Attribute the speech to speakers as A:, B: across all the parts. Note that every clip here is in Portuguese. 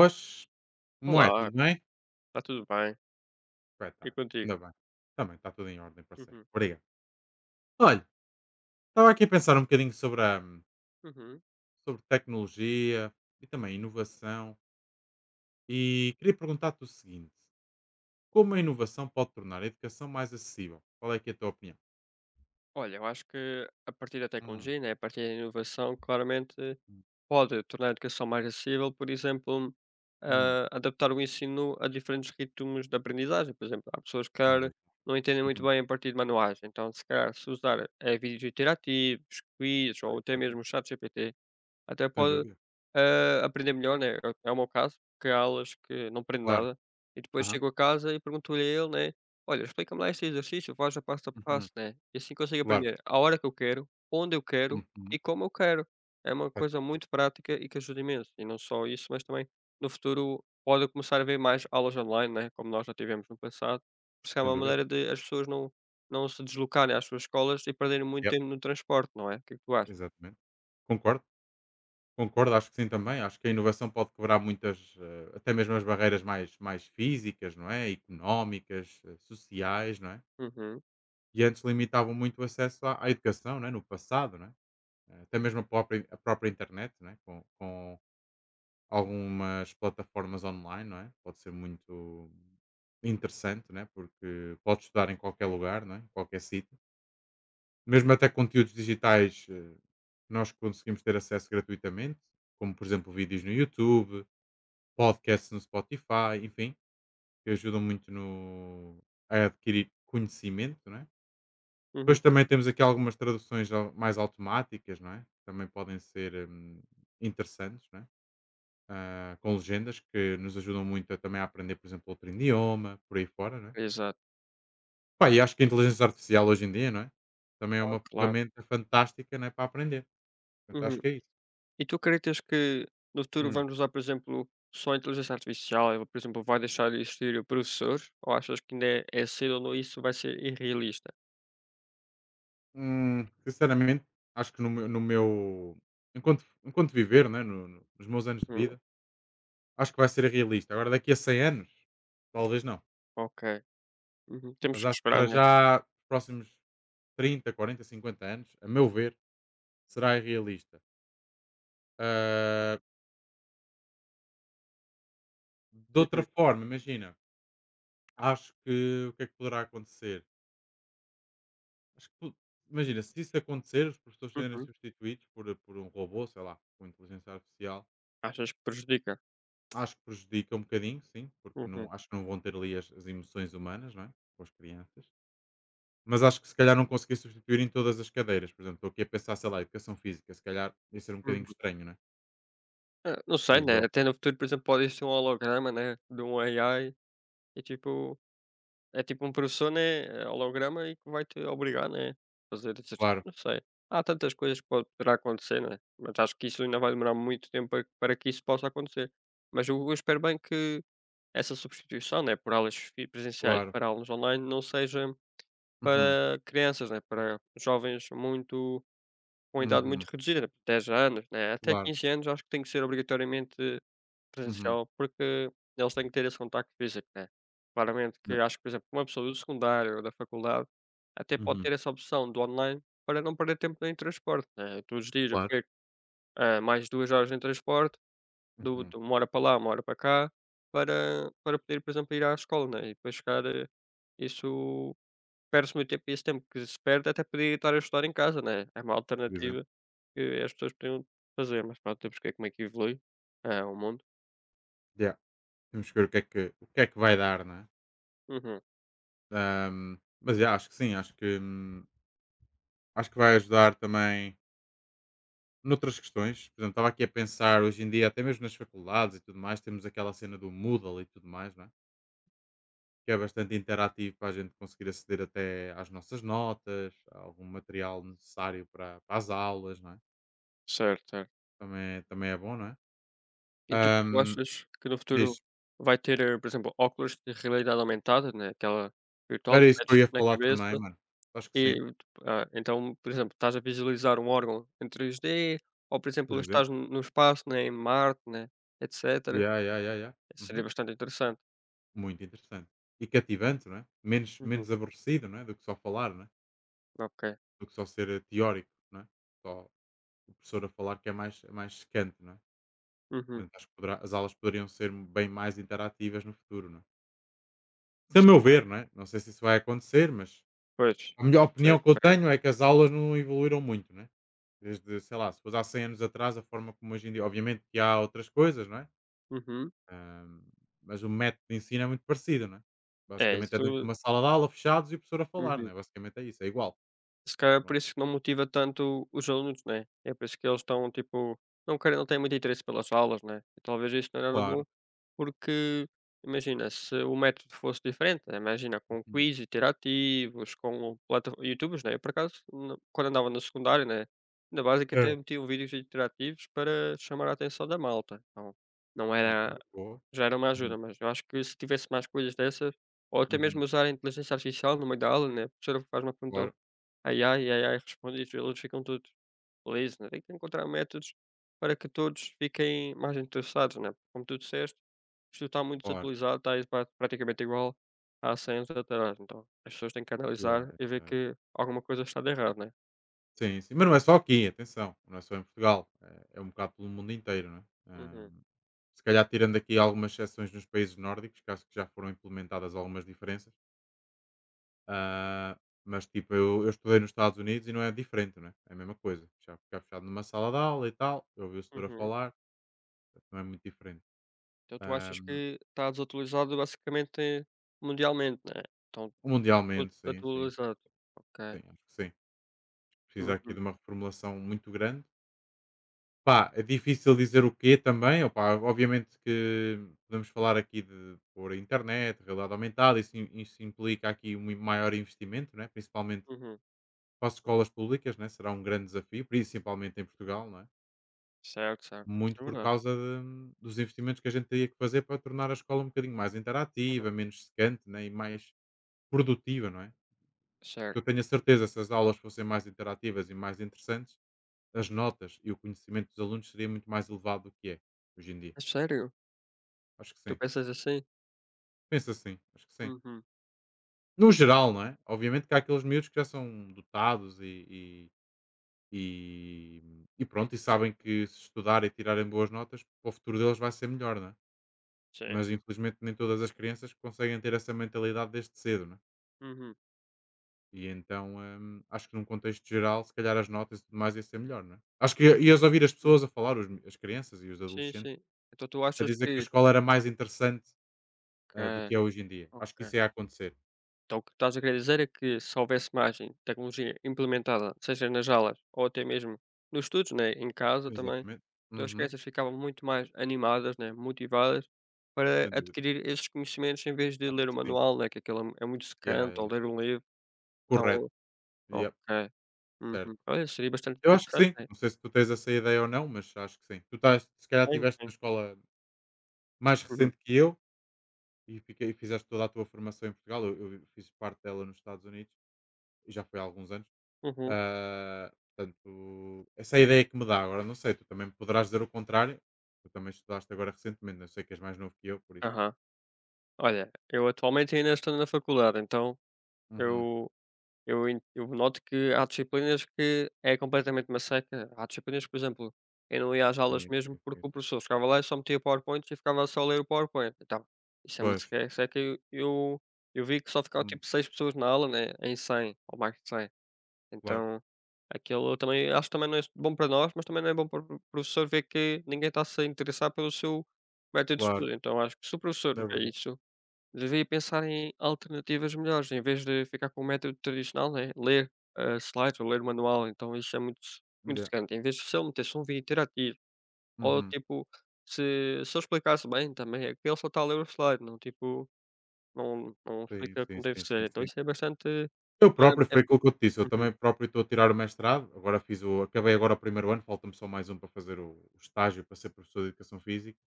A: Pois, como é? Tudo
B: Olá,
A: bem?
B: está tudo bem? E
A: Espetáculo,
B: contigo?
A: ainda bem. Também está tudo em ordem, parceiro.
B: Uhum,
A: Obrigado. Olha, estava aqui a pensar um bocadinho sobre, a,
B: uhum.
A: sobre tecnologia e também inovação e queria perguntar-te o seguinte: como a inovação pode tornar a educação mais acessível? Qual é que é a tua opinião?
B: Olha, eu acho que a partir da
A: Hum,
B: tecnologia, né, a partir da inovação, claramente
A: hum,
B: pode tornar a educação mais acessível, por exemplo,
A: hum,
B: adaptar o ensino a diferentes ritmos de aprendizagem. Por exemplo, há pessoas que
A: ora,
B: calhar, não entendem muito
A: uhum,
B: bem a partir de manuais, então se calhar se usar vídeos interativos, quiz
A: por
B: ou até
A: exemplo,
B: mesmo chat GPT. Até
A: sem
B: pode,
A: dúvida,
B: aprender melhor, né, é o meu caso, porque há aulas que não aprendo
A: claro.
B: nada, e depois
A: Aham,
B: chego a casa e pergunto-lhe a ele, né: "Olha, explica-me lá este exercício, faz a
A: uhum,
B: passo", né, e assim consigo
A: claro,
B: aprender a hora que eu quero, onde eu quero
A: uhum,
B: e como eu quero. É uma coisa
A: fantástico,
B: muito prática e que ajuda imenso, e não só isso, mas também no futuro pode começar a haver mais aulas online, né, como nós já tivemos no passado, porque é
A: sem
B: uma
A: dúvida.
B: maneira de as pessoas não se deslocarem às suas escolas e perderem muito
A: Yep,
B: tempo no transporte, não é? O que é que tu achas?
A: exatamente. Concordo. Concordo, acho que sim também. Acho que a inovação pode quebrar muitas, até mesmo as barreiras mais físicas, não é? Económicas, sociais, não é?
B: Uhum,
A: E antes limitavam muito o acesso à educação, não é? No passado, não é? Até mesmo a própria internet, não é? Com algumas plataformas online, não é? Pode ser muito interessante, não é? Porque pode estudar em qualquer lugar, não é? Em qualquer sítio. Mesmo até conteúdos digitais que nós conseguimos ter acesso gratuitamente, como por exemplo vídeos no YouTube, podcasts no Spotify, enfim, que ajudam muito no, a adquirir conhecimento, não é?
B: uhum,
A: Depois também temos aqui algumas traduções mais automáticas, não é? Também podem ser interessantes, não é? Ah, com legendas que nos ajudam muito a também a aprender, por exemplo, outro idioma, por aí fora, não é?
B: exato.
A: Pá, e acho que a inteligência artificial hoje em dia, não é? Também é
B: Ah,
A: uma
B: claro.
A: ferramenta fantástica, não é? Para aprender. Portanto,
B: Uhum.
A: acho que é isso.
B: E tu acreditas que no futuro
A: Hum.
B: vamos usar, por exemplo, só a inteligência artificial? Ela, por exemplo, vai deixar de existir professores? Ou achas que ainda é cedo ou não? Isso vai ser irrealista?
A: Sinceramente, acho que no meu enquanto viver, né, nos meus anos de
B: Uhum.
A: vida. Acho que vai ser realista. Agora daqui a 100 anos, talvez não.
B: Ok. Uhum.
A: Mas
B: Temos que
A: acho que
B: esperar,
A: para
B: né?
A: já, próximos 30 40 50 anos, a meu ver, será irrealista. Ah, de outra
B: Uhum.
A: forma, imagina, acho que o que é que poderá acontecer? Acho que, imagina, se isso acontecer, os professores serem
B: Uhum.
A: substituídos por um robô, sei lá, com inteligência artificial,
B: Achas que prejudica?
A: acho que prejudica um bocadinho, sim, porque
B: Uhum.
A: não, acho que não vão ter ali as emoções humanas, não é? Com as crianças. Mas acho que se calhar não consegui substituir em todas as cadeiras. Por exemplo, estou aqui a pensar, sei lá, educação física, se calhar ia ser um bocadinho
B: Uhum.
A: estranho, né?
B: Ah, não sei,
A: Digo
B: né?
A: eu.
B: Até no futuro, por exemplo, pode existir um holograma, né? De um AI e tipo. É tipo um professor, né, holograma e que vai te obrigar, né, a fazer exercício,
A: Claro,
B: não sei. Há tantas coisas que poderá acontecer, né, mas acho que isso ainda vai demorar muito tempo para que isso possa acontecer. Mas eu espero bem que essa substituição, né, por aulas fi presenciais
A: claro.
B: para aulas online não seja
A: Uhum,
B: para crianças, né, para jovens muito com idade muito
A: uhum,
B: reduzida, né, 10 anos, né, até
A: claro.
B: 15 anos acho que tem que ser obrigatoriamente
A: Uhum,
B: presencial, porque eles têm que ter esse contacto físico, né. Claramente que
A: yeah,
B: acho que, por exemplo, uma pessoa do secundário ou da faculdade até pode
A: uhum,
B: ter essa opção do online para não perder tempo em transporte, né. Todos os dias eu
A: claro.
B: perco, mais 2 horas em transporte, do
A: Uhum,
B: de 1 hora para lá, 1 hora para cá, para poder, por exemplo, ir à escola, né, e para chegar, isso perde-se muito tempo e esse tempo que se perde até podia estar a estudar em casa, né. É uma
A: por
B: alternativa
A: exemplo.
B: que as pessoas podiam fazer, mas pronto, temos que ver como é que evolui, o mundo.
A: Yeah. Temos que ver o que é que vai dar, né?
B: Uhum.
A: Mas yeah, acho que sim, acho que vai ajudar também noutras questões. Por exemplo, estava aqui a pensar hoje em dia, até mesmo nas faculdades e tudo mais, temos aquela cena do Moodle e tudo mais, né? Que é bastante interativo para a gente conseguir aceder até às nossas notas, a algum material necessário para as aulas, não é?
B: Certo, certo.
A: Também é bom, não é?
B: E tipo, tu
A: Ahm,
B: achas que no
A: diz,
B: futuro vai ter, por exemplo, óculos de realidade aumentada, né, aquela virtual
A: era
B: que
A: isso que
B: metes
A: eu ia
B: na
A: falar também,
B: cabeça
A: mano. Acho que
B: e,
A: sim,
B: tipo, ah, então, por exemplo, estás a visualizar um órgão em 3D ou, por exemplo,
A: por exemplo.
B: estás no espaço, né, em Marte, né, etcétera.
A: Yeah, yeah, yeah, yeah.
B: Seria
A: Uhum.
B: bastante interessante.
A: Muito interessante. E cativante, não é? Menos,
B: Uhum.
A: menos aborrecido, não é? Do que só falar, não é?
B: Ok.
A: Do que só ser teórico, não é? Só o professor a falar que é mais secante, não é?
B: Uhum.
A: Portanto, acho que as aulas poderiam ser bem mais interativas no futuro, não é? Se a meu ver, não é? Não sei se isso vai acontecer, mas
B: Pois.
A: a melhor
B: Isso é
A: opinião que eu
B: diferente.
A: tenho é que as aulas não evoluíram muito, né? Desde, sei lá, se fosse há 100 anos atrás, a forma como hoje em dia, obviamente que há outras coisas, não é?
B: Uhum.
A: Ahm, mas o método de ensino é muito parecido, não é?
B: É,
A: Basicamente é dentro de
B: isso.
A: uma sala de aula, fechados e o professor a falar,
B: Uhum.
A: não é? Basicamente é isso, é igual,
B: Se calhar
A: não é?
B: por isso que não motiva tanto os alunos, né. É por isso que eles estão, tipo, não querem não têm muito interesse pelas aulas, né. E talvez isso não é nada
A: Claro.
B: bom, porque imagina, se o método fosse diferente, né? Imagina com
A: Uhum.
B: quiz interativos, com plata YouTubers, né. Eu por acaso, quando andava no secundário, né, na básica
A: É.
B: até metiam vídeos interativos para chamar a atenção da malta. Então, não
A: Ok,
B: era
A: boa.
B: já era uma
A: Uhum,
B: ajuda, mas eu acho que se tivesse mais coisas dessas, ou até mesmo
A: uhum.
B: usar a inteligência artificial no meio da aula, né, a professora faz uma pergunta.
A: Claro,
B: Ai, ai, ai, ai, responde isto, eles ficam todos felizes, né? Tem que encontrar métodos para que todos fiquem mais interessados, né? Como tu disseste, isto está muito
A: claro.
B: desatualizado, está aí praticamente igual há 100 anos atrás. Então, as pessoas têm que
A: Yeah,
B: analisar e ver
A: yeah.
B: que alguma coisa está de errado, né?
A: Sim, sim. Mas não é só aqui, atenção. Não é só em Portugal. É um bocado pelo mundo inteiro, não é?
B: Uhum,
A: Se calhar tirando aqui algumas exceções nos países nórdicos, que acho que já foram implementadas algumas diferenças. Ah, mas tipo, eu estudei nos Estados Unidos e não é diferente, não é? É a mesma coisa. Já ficar fechado numa sala de aula e tal, eu ouvi o setor a
B: uhum.
A: falar, portanto, não é muito diferente.
B: Então, tu achas
A: Ahm,
B: que está desatualizado basicamente mundialmente, né? Então, tudo
A: mundialmente, sim, sim, sim,
B: desatualizado.
A: sim,
B: Ok.
A: acho que sim. Precisa aqui
B: Uhum,
A: de uma reformulação muito grande. Pá, é difícil dizer o quê também, opá, obviamente que podemos falar aqui de por internet, realidade aumentada, isso implica aqui um maior investimento, né? Principalmente
B: uhum.
A: para as escolas públicas, né? Será um grande desafio, principalmente em Portugal, não é?
B: Certo, certo.
A: Muito
B: Isso é
A: por
B: verdade.
A: causa dos investimentos que a gente teria que fazer para tornar a escola um bocadinho mais interativa,
B: Uhum.
A: menos secante, né? E mais produtiva, não é?
B: Certo.
A: Eu tenho a certeza se as aulas fossem mais interativas e mais interessantes, as notas e o conhecimento dos alunos seria muito mais elevado do que é hoje em dia.
B: É sério?
A: Acho que
B: Tu
A: sim.
B: pensas assim?
A: Penso assim, acho que sim.
B: Mh-mh.
A: No geral,
B: É.
A: não é? Obviamente que há aqueles miúdos que já são dotados e pronto, e sabem que se estudarem e tirarem boas notas, para o futuro deles vai ser melhor, não é?
B: Sì.
A: Mas infelizmente nem todas as crianças conseguem ter essa mentalidade desde cedo, não é?
B: Mh-mh,
A: E então acho que num contexto geral, se calhar as notas e tudo mais ia ser melhor, não é? Acho que ias ouvir as
B: mh.
A: pessoas a falar, os as crianças e os
B: Sì, sì.
A: adolescentes,
B: Então tu
A: a
B: achas
A: dizer que a
B: que
A: escola era mais interessante do que
B: que
A: é hoje em dia. Acho que
B: ok.
A: isso ia acontecer.
B: Então o que estás a querer dizer é que se houvesse mais em tecnologia implementada, seja nas aulas ou até mesmo nos estudos, né, em casa também,
A: Exatamente.
B: então as
A: Uhum,
B: crianças ficavam muito mais animadas, né, motivadas para
A: sem dúvida.
B: adquirir esses conhecimentos em vez de
A: Acho
B: ler o
A: que sim.
B: manual, né, que aquilo é mu é muito
A: Ya,
B: secante,
A: ya.
B: ou ler um livro,
A: Correto.
B: então
A: Yep,
B: ok.
A: certo.
B: Uhum. Olha, seria bastante
A: Eu acho que
B: interessante,
A: sim.
B: né.
A: Não sei se tu tens essa ideia ou não, mas acho que sim. Tu estás, se calhar
B: Tem,
A: estiveste na
B: tem.
A: escola mais
B: Uhum.
A: recente que eu e fizeste toda a tua formação em Portugal. Eu fiz parte dela nos Estados Unidos e já foi há alguns anos.
B: Uhum.
A: Ah, portanto, essa é a ideia que me dá. Agora, não sei, tu também me poderás dizer o contrário. Tu também estudaste agora recentemente, não sei que és mais novo que eu, por isso.
B: Aham. Olha, eu atualmente ainda estou na faculdade, então
A: Uhum.
B: eu eu noto que há disciplinas que é completamente uma seca. Há disciplinas por exemplo, eu não ia às aulas
A: Sim,
B: mesmo
A: sim,
B: porque
A: sim,
B: o
A: sim.
B: professor chegava lá e só metia PowerPoint e ficava só a ler o PowerPoint. Então, isso é uma
A: Pois,
B: seca é seca e eu vi que só ficavam,
A: hum,
B: tipo, 6 pessoas na aula, né, em 100 ou mais de 100.
A: claro,
B: Então, aquilo também acho que também não é bom para nós, mas também não é bom para o professor ver que ninguém está-se a se interessar pelo seu método de
A: claro,
B: estudo. Então acho que se o professor
A: é
B: vê
A: verdade.
B: isso, devia pensar em alternativas melhores, em vez de ficar com o método tradicional, né, ler, slides ou ler manual, então isso é muito muito
A: Ya.
B: secante. Em vez de se ele metesse um vídeo interativo ou,
A: Uhum.
B: tipo, se eu explicasse bem também, é que ele só está a ler o slide, não, tipo, não
A: Sim,
B: explica
A: sim,
B: como deve
A: sim, sim,
B: ser, então
A: sim.
B: isso é bastante
A: Eu
B: olha,
A: próprio,
B: é
A: foi aquilo que eu te disse, eu
B: uhum,
A: também próprio estou a tirar o mestrado, agora fiz o acabei agora o primeiro ano, falta-me só mais um para fazer o estágio para ser professor de educação física.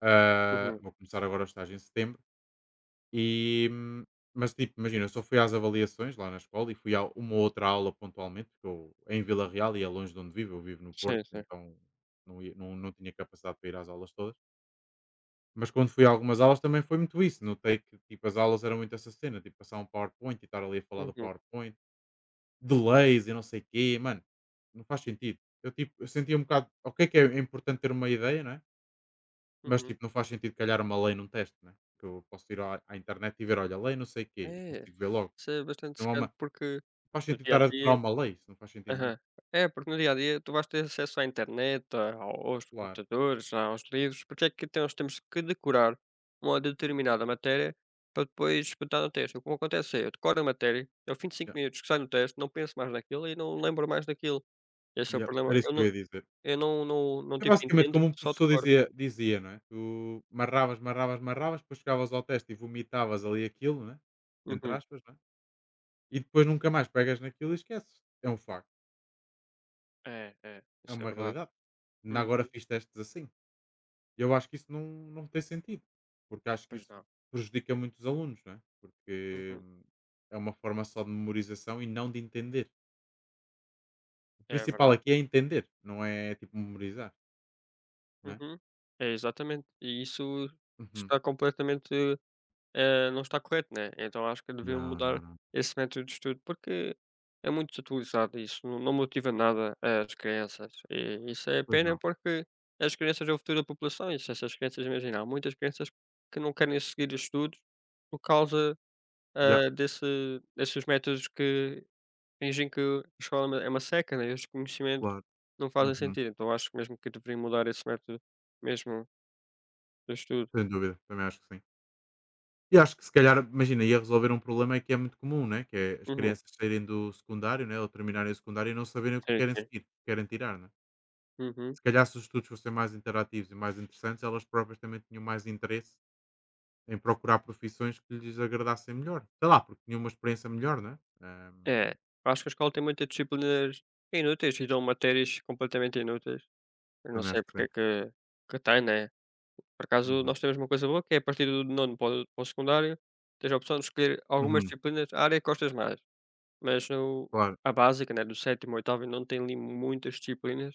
A: Ah,
B: uhum.
A: vou começar agora o estágio em setembro. E, hum, mas tipo, imagina, eu só fui às avaliações lá na escola e fui a uma ou outra aula pontualmente, porque eu é em Vila Real e é longe de onde vivo, eu vivo no Porto,
B: Sim, sim.
A: então não tinha capacidade para ir às aulas todas. Mas quando fui a algumas aulas também foi muito isso. Notei que tipo, as aulas eram muito essa cena, tipo passar um PowerPoint e estar ali a falar do
B: Uhum,
A: PowerPoint Delays e não sei o quê, mano, não faz sentido. Eu sentia um bocado, ok que é importante ter uma ideia, não é? Mas
B: uhum.
A: tipo, não faz sentido calhar uma lei num teste, né? Que eu posso ir à internet e ver, olha, lei não sei o quê, e
B: É,
A: consigo ver logo.
B: isso é bastante
A: Não há uma,
B: secante porque
A: não faz
B: no
A: sentido
B: dia a
A: estar a decorar
B: dia.
A: uma lei, isso não faz sentido nenhum.
B: Aham. É, porque no dia a dia tu vais ter acesso à internet, aos
A: Claro,
B: computadores, aos livros. Porque é que então nós temos que decorar uma determinada matéria para depois botar no teste? O que acontece é, eu decoro a matéria, ao fim de cinco
A: yeah,
B: minutos que sai no teste, não penso mais naquilo e não lembro mais daquilo. Esse é o
A: yeah,
B: problema.
A: era isso
B: Eu
A: que eu
B: não,
A: ia dizer.
B: eu não, não, não
A: É
B: tipo,
A: basicamente
B: entendo,
A: como um
B: só
A: professor
B: decoro.
A: dizia, não é? Tu marravas, marravas, marravas, depois chegavas ao teste e vomitavas ali aquilo, não é? Entre
B: Uhum.
A: aspas, não é? E depois nunca mais pegas naquilo e esqueces. É um facto.
B: É,
A: É
B: isso é
A: uma
B: verdade.
A: realidade. Ainda
B: Hum,
A: agora fiz testes assim. E eu acho que isso não tem sentido, porque acho que
B: pois
A: isso
B: não.
A: prejudica muito os alunos, não é? Porque
B: Uhum.
A: é uma forma só de memorização e não de entender. O
B: É
A: principal
B: verdade.
A: aqui é entender, não é é tipo memorizar, não é?
B: Uhum. É, exatamente. E isso
A: Uhum.
B: está completamente não está correto, né? Então acho que deviam
A: Não, não,
B: mudar
A: não.
B: esse método de estudo, porque é muito desutilizado e isso não motiva nada as crianças. E isso é
A: Pois
B: pena
A: não.
B: porque as crianças é o futuro da população e se essas crianças, imagina, há muitas crianças que não querem seguir os estudos por causa
A: Já,
B: desses métodos que fingem que a escola é uma seca, né? E os conhecimentos
A: claro.
B: não fazem
A: Uhum.
B: sentido. Então acho mesmo que deveriam mudar esse método mesmo do estudo.
A: Sem dúvida, também acho que sim. E acho que se calhar, imagina, ia resolver um problema que é muito comum, né? Que é as
B: Uhum.
A: crianças saírem do secundário, né? Ou terminarem o secundário e não saberem o que
B: Sim,
A: querem
B: sim.
A: seguir, o que querem tirar, né?
B: Uhum.
A: Se calhar se os estudos fossem mais interativos e mais interessantes, elas próprias também tinham mais interesse em procurar profissões que lhes agradassem melhor. Sei lá, porque tinham uma experiência melhor, não é?
B: É, acho que a escola tem muitas disciplinas inúteis e dão matérias completamente inúteis. Eu não
A: Também acho
B: sei
A: que
B: porque
A: sim.
B: é que tem, né? Por acaso,
A: Uhum.
B: nós temos uma coisa boa que é a partir do nono para o secundário, tens a opção de escolher algumas
A: Uhum.
B: disciplinas, a área que gostas mais. Mas no,
A: Claro.
B: a básica, né, do sétimo, oitavo, e nono, tem ali muitas disciplinas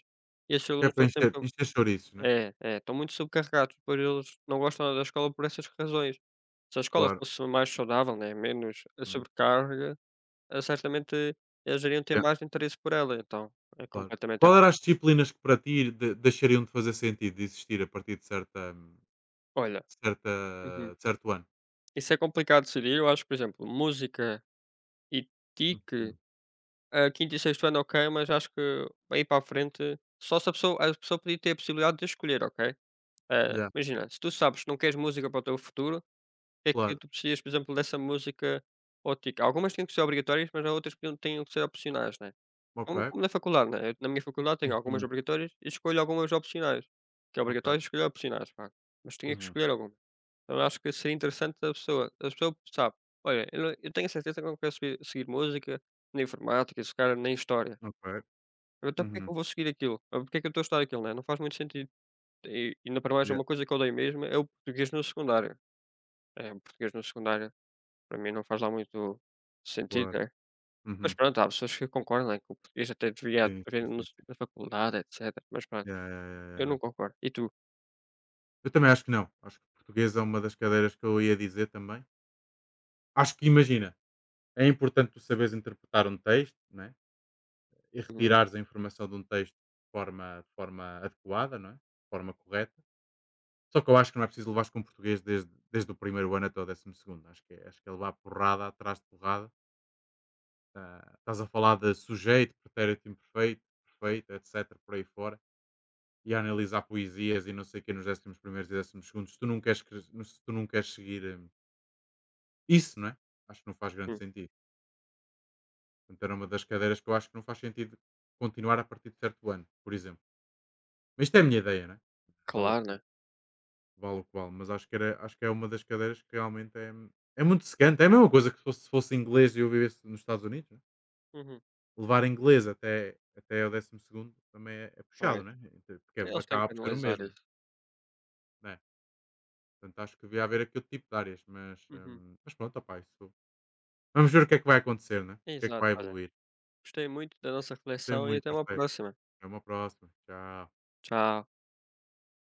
B: e esses
A: Que é
B: alunos
A: para
B: estão
A: encher,
B: sempre.
A: encher chouriços, né?
B: É, estão muito subcarregados, pois eles não gostam da escola por essas razões. Se a escola
A: Claro.
B: fosse mais saudável, né, menos a
A: Hum.
B: sobrecarga, certamente eles iriam ter
A: Yeah,
B: mais interesse por ela, então é
A: claro.
B: completamente
A: Qual eram
B: errado.
A: as disciplinas que para ti deixariam de fazer sentido de existir a partir de certa, hum,
B: Olha.
A: certa,
B: Uhum.
A: de certo ano?
B: Isso é complicado de decidir, eu acho por exemplo, música e TIC,
A: Uhum.
B: a quinto e sexto ano, ok, mas acho que daí para a frente só se a pessoa podia ter a possibilidade de escolher, ok? Eh,
A: Yeah,
B: imagina, se tu sabes que não queres música para o teu futuro, o que é que
A: claro.
B: tu precisas, por exemplo, dessa música ou TIC? Algumas têm que ser obrigatórias, mas há outras que não têm que ser opcionais, né?
A: Ok.
B: Como na faculdade, né, eu na minha faculdade tenho algumas
A: Uhum.
B: obrigatórias e escolho algumas opcionais, que é
A: Ok.
B: obrigatório escolher opcionais, pá, mas tinha que
A: Uhum.
B: escolher alguma. Então acho que seria interessante a pessoa sabe: "Olha, eu não eu tenho a certeza que eu não quero seguir música, nem informática, se calhar nem história,
A: Ok.
B: então porque é que
A: Uhum.
B: eu vou seguir aquilo? Ou porque é que eu estou a estudar aquilo, né?" Não faz muito sentido. E ainda para mais é
A: Yeah,
B: uma coisa que eu odeio mesmo é o português no secundário. É, o português no secundário para mim não faz lá muito sentido,
A: claro.
B: né. Mas
A: Uhum.
B: pronto, há pessoas que concordam, né, que o português até devia
A: Sim, sim,
B: haver no
A: sim, sim.
B: na faculdade, etcétera, mas pronto,
A: Ya, ya, ya,
B: eu
A: ya,
B: não
A: ya.
B: concordo. E tu?
A: Eu também acho que não. Acho que português é uma das cadeiras que eu ia dizer também. Acho que, imagina, é importante tu saberes interpretar um texto, né? E
B: Hum,
A: retirares a informação de um texto de forma adequada, não é? De forma correta. Só que eu acho que não é preciso levares com português desde o primeiro ano até o 12.º. Acho que é levar porrada atrás de porrada. Ah, estás a falar de sujeito, pretérito imperfeito, perfeito, etc. Por aí fora e a analisar poesias e não sei o que nos 11.º e 12.º se tu não queres, cres- se tu não queres seguir isso, não é? Acho que não faz grande
B: hum,
A: sentido. Portanto, era uma das cadeiras que eu acho que não faz sentido continuar a partir de certo ano, por exemplo. Mas isto é a minha ideia, não é? Vale o que
B: claro,
A: vale,
B: né.
A: vale o que vale, mas acho que é uma das cadeiras que realmente é muito secante. É a mesma coisa que se fosse inglês e eu vivesse nos Estados Unidos, não é?
B: Uhum,
A: Levar inglês até o 12.º também é puxado,
B: pois,
A: não é? Porque é,
B: então eles têm
A: acaba
B: que
A: por ser o
B: analisar
A: mesmo,
B: isso.
A: não é? Portanto, acho que devia haver aqui outro tipo de áreas, mas,
B: Uhum,
A: hum, mas pronto, opá, isso. Vamos ver o que é que vai acontecer, né? O que é que
B: exato,
A: vai
B: olha,
A: evoluir.
B: gostei muito da nossa
A: Tem
B: reflexão e
A: muito
B: até uma
A: parceiro.
B: próxima.
A: Até uma próxima. Tchau.
B: Tchau.